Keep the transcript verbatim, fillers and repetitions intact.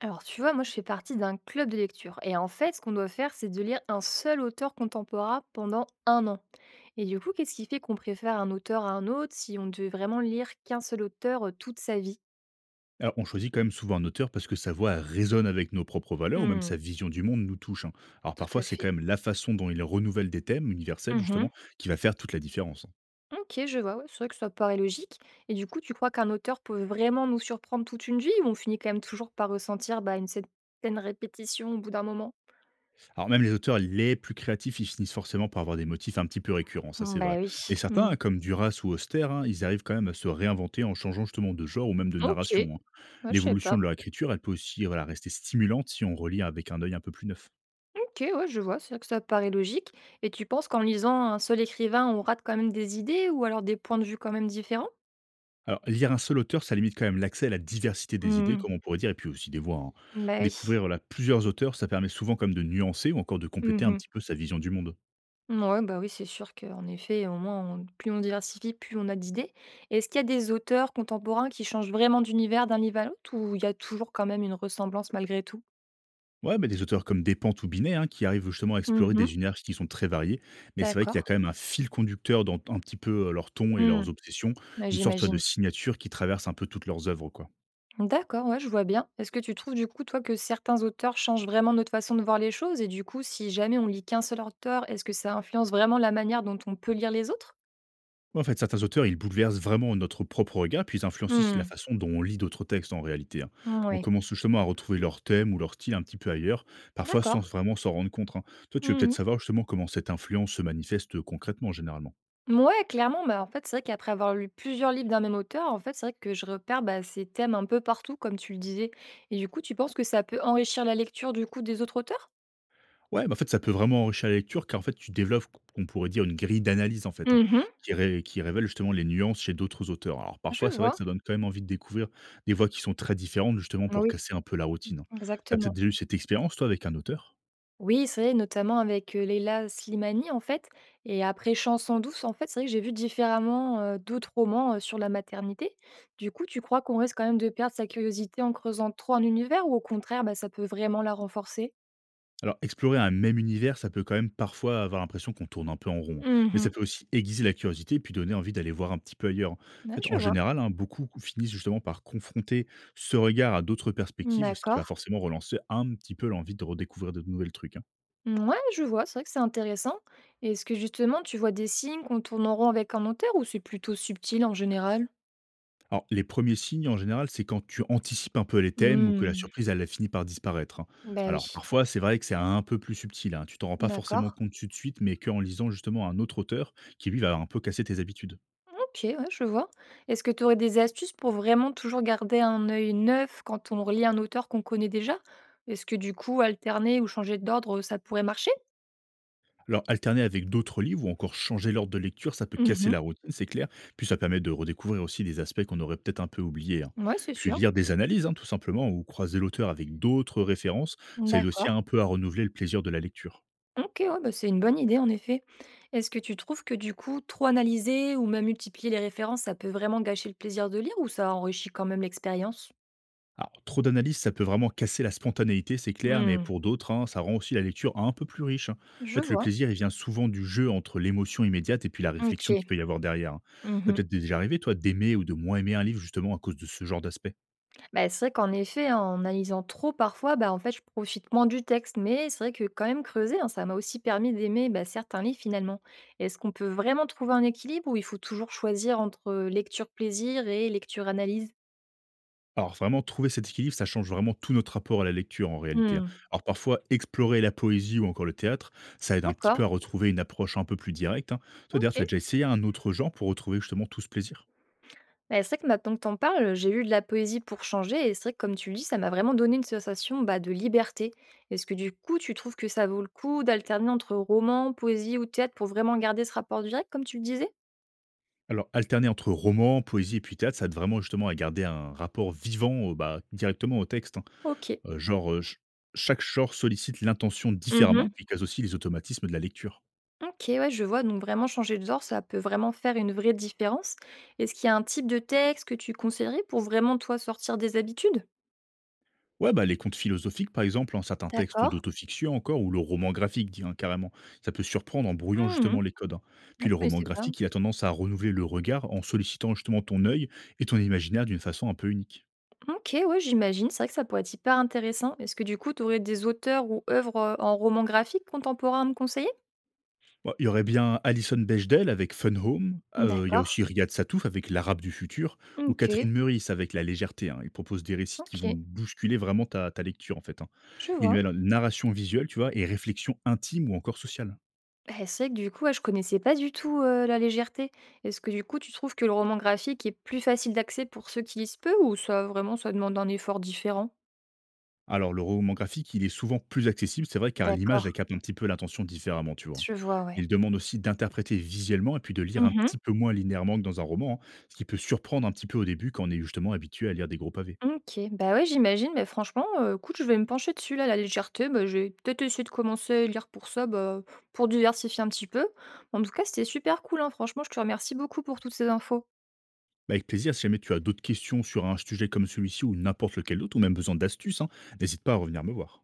Alors, tu vois, moi, je fais partie d'un club de lecture. Et en fait, ce qu'on doit faire, c'est de lire un seul auteur contemporain pendant un an. Et du coup, qu'est-ce qui fait qu'on préfère un auteur à un autre si on devait vraiment lire qu'un seul auteur euh, toute sa vie? Alors, on choisit quand même souvent un auteur parce que sa voix résonne avec nos propres valeurs ou même Hmm. sa vision du monde nous touche, hein. Alors Tout à parfois, c'est quand fait. même la façon dont il renouvelle des thèmes universels, Mhm. justement, qui va faire toute la différence, hein. Ok, je vois. Ouais, c'est vrai que ça paraît logique. Et du coup, tu crois qu'un auteur peut vraiment nous surprendre toute une vie ou on finit quand même toujours par ressentir bah, une certaine répétition au bout d'un moment? Alors même les auteurs les plus créatifs, ils finissent forcément par avoir des motifs un petit peu récurrents, ça Hmm. c'est Bah vrai. oui. Mais certains, Hmm. hein, comme Duras ou Auster, hein, ils arrivent quand même à se réinventer en changeant justement de genre ou même de Ok. narration, hein. Moi, je sais L'évolution pas. de leur écriture, elle peut aussi voilà, rester stimulante si on relit avec un œil un peu plus neuf. OK, ouais, je vois, c'est vrai que ça paraît logique. Et tu penses qu'en lisant un seul écrivain, on rate quand même des idées ou alors des points de vue quand même différents? Alors, lire un seul auteur, ça limite quand même l'accès à la diversité des idées, Mmh. comme on pourrait dire, et puis aussi des voix, hein. Bah oui. Découvrir voilà, plusieurs auteurs, ça permet souvent comme de nuancer ou encore de compléter un Mmh. petit peu sa vision du monde. Ouais, bah oui, c'est sûr qu'en effet, au moins, on- plus on diversifie, plus on a d'idées. Et est-ce qu'il y a des auteurs contemporains qui changent vraiment d'univers d'un livre à l'autre ou il y a toujours quand même une ressemblance malgré tout? Ouais, mais des auteurs comme Despentes ou Binet, hein, qui arrivent justement à explorer Mmh. des univers qui sont très variés, mais c'est vrai qu'il D'accord. y a quand même un fil conducteur dans un petit peu euh, leur ton et Mmh. leurs obsessions, Ouais, une sorte ouais, de j'imagine. signature qui traverse un peu toutes leurs œuvres, quoi. D'accord, ouais, je vois bien. Est-ce que tu trouves du coup, toi, que certains auteurs changent vraiment notre façon de voir les choses et du coup, si jamais on lit qu'un seul auteur, est-ce que ça influence vraiment la manière dont on peut lire les autres? En fait, certains auteurs, ils bouleversent vraiment notre propre regard, puis ils influencent aussi la Hmm. façon dont on lit d'autres textes en réalité, hein. On Oui, commence justement à retrouver leur thème ou leur style un petit peu ailleurs, parfois sans d'accord. vraiment s'en rendre compte, hein. Toi, tu veux Mhm. peut-être savoir justement comment cette influence se manifeste concrètement, généralement. Ouais, clairement, bah, en fait, c'est vrai qu'après avoir lu plusieurs livres d'un même auteur, en fait, c'est vrai que je repère bah, ces thèmes un peu partout, comme tu le disais. Et du coup, tu penses que ça peut enrichir la lecture du coup des autres auteurs? Ouais, bah en fait, ça peut vraiment enrichir la lecture, car en fait, tu développes, on pourrait dire, une grille d'analyse, en fait, hein, Mhm. qui, ré- qui révèle justement les nuances chez d'autres auteurs. Alors Je parfois, c'est vrai que vois. ça donne quand même envie de découvrir des voix qui sont très différentes, justement, pour Oui, casser un peu la routine, hein. T'as peut-être exactement. déjà eu cette expérience, toi, avec un auteur. Oui, c'est vrai, notamment avec, heu, Leila Slimani, en fait, et après Chanson douce, en fait, c'est vrai que j'ai vu différemment, heu, d'autres romans, heu, sur la maternité. Du coup, tu crois qu'on risque quand même de perdre sa curiosité en creusant trop un univers ou au contraire, bah, ça peut vraiment la renforcer? Alors, explorer un même univers, ça peut quand même parfois avoir l'impression qu'on tourne un peu en rond, hein, mais ça Mmh. peut aussi aiguiser la curiosité et puis donner envie d'aller voir un petit peu ailleurs. En Ouais, fait, je en vois. général, hein, beaucoup finissent justement par confronter ce regard à d'autres perspectives, ce qui va D'accord. forcément relancer un petit peu l'envie de redécouvrir de nouvelles trucs, hein. Ouais, je vois, c'est vrai que c'est intéressant. Est-ce que justement, tu vois des signes qu'on tourne en rond avec un auteur ou c'est plutôt subtil en général? Alors, les premiers signes, en général, c'est quand tu anticipes un peu les thèmes ou que la Mmh. surprise, elle a fini par disparaître, hein. Bah, oui. Alors, parfois, c'est vrai que c'est un peu plus subtil, hein, tu t'en rends pas forcément D'accord. compte tout de suite, mais qu'en lisant justement un autre auteur qui, lui, va un peu casser tes habitudes. OK, ouais, je vois. Est-ce que tu aurais des astuces pour vraiment toujours garder un œil neuf quand on relit un auteur qu'on connaît déjà? Est-ce que du coup, alterner ou changer d'ordre, ça pourrait marcher? Alors, alterner avec d'autres livres ou encore changer l'ordre de lecture, ça peut casser Mmh. la routine, c'est clair. Puis ça permet de redécouvrir aussi des aspects qu'on aurait peut-être un peu oubliés, hein. Ouais, c'est Puis sûr. lire des analyses, hein, tout simplement, ou croiser l'auteur avec d'autres références, ça aide aussi D'accord. un peu à renouveler le plaisir de la lecture. OK, ouais, bah, c'est une bonne idée en effet. Est-ce que tu trouves que du coup, trop analyser ou même multiplier les références, ça peut vraiment gâcher le plaisir de lire ou ça enrichit quand même l'expérience? Alors, trop d'analyses, ça peut vraiment casser la spontanéité, c'est clair, mais Mmh. pour d'autres, hein, ça rend aussi la lecture un peu plus riche, hein. En Je fait, le vois. plaisir, il vient souvent du jeu entre l'émotion immédiate et puis la réflexion qu'il OK. peut y avoir derrière, hein. Ça Mmh. peut être déjà arrivé, toi, d'aimer ou de moins aimer un livre justement à cause de ce genre d'aspect. Bah, c'est vrai qu'en effet, hein, en analysant trop parfois, bah, en fait, je profite moins du texte. Mais c'est vrai que quand même creuser, hein, ça m'a aussi permis d'aimer bah, certains livres finalement. Est-ce qu'on peut vraiment trouver un équilibre ou il faut toujours choisir entre lecture plaisir et lecture analyse? Alors vraiment trouver cet équilibre, ça change vraiment tout notre rapport à la lecture en réalité, hein. Hmm. Alors parfois explorer la poésie ou encore le théâtre, ça aide un petit peu D'accord, à retrouver une approche un peu plus directe, hein. Toi ok. d'ailleurs, tu déjà essayé un autre genre pour retrouver justement tout ce plaisir? Bah, c'est vrai que maintenant que t'en parles, j'ai eu de la poésie pour changer et c'est vrai que comme tu le dis, ça m'a vraiment donné une sensation bah, de liberté. Est-ce que du coup, tu trouves que ça vaut le coup d'alterner entre roman, poésie ou théâtre pour vraiment garder ce rapport direct comme tu le disais? Alors alterner entre roman, poésie et puis théâtre, ça aide vraiment justement à garder un rapport vivant, heu, bah, directement au texte, hein. Ok. Heu, genre, heu, ch chaque genre sollicite l'intention différemment et puis casse aussi les automatismes de la lecture. OK, ouais, je vois. Donc vraiment changer de genre, ça peut vraiment faire une vraie différence. Est-ce qu'il y a un type de texte que tu conseillerais pour vraiment, toi, sortir des habitudes? Ouais, bah, les contes philosophiques, par exemple, un certain texte D'accord. d'autofiction encore, ou le roman graphique, dit, hein, carrément. Ça peut surprendre en brouillant Mmh. justement les codes, hein. Ah, Puis le je roman connaissais pas. graphique, il a tendance à renouveler le regard en sollicitant justement ton œil et ton imaginaire d'une façon un peu unique. OK, ouais, j'imagine. C'est vrai que ça pourrait être hyper intéressant. Est-ce que du coup, tu aurais des auteurs ou œuvres, heu, en roman graphique contemporain à me conseiller? Bon, il y aurait bien Alison Bechdel avec Fun Home, euh, il y a D'accord. aussi Riyad Satouf avec L'Arabe du futur, ou OK. Catherine Meurice avec La Légèreté, hein. Il propose des récits qui vont OK, bousculer vraiment ta, ta lecture, en fait, hein. je Il vois. y a la narration visuelle, tu vois, et réflexion intime ou encore sociale. Bah, c'est vrai que du coup, ouais, je connaissais pas du tout, heu, la légèreté. Est-ce que du coup, tu trouves que le roman graphique est plus facile d'accès pour ceux qui lisent peu ou ça, vraiment, ça demande un effort différent? Alors, le roman graphique, il est souvent plus accessible, c'est vrai, car l'image, elle D'accord, capte un petit peu l'attention différemment, tu vois. je vois, ouais. Il demande aussi d'interpréter visuellement et puis de lire un Mmh. petit peu moins linéairement que dans un roman, hein, ce qui peut surprendre un petit peu au début quand on est justement habitué à lire des gros pavés. OK. Bah, ouais, j'imagine, mais franchement, heu, écoute, je vais me pencher dessus, là, la légèreté. Bah, je vais peut-être essayer de commencer à lire pour ça, bah, pour diversifier un petit peu. En tout cas, c'était super cool, hein. Franchement, je te remercie beaucoup pour toutes ces infos. Bah, avec plaisir, si jamais tu as d'autres questions sur un sujet comme celui-ci ou n'importe lequel d'autre, ou même besoin d'astuces, hein, n'hésite pas à revenir me voir.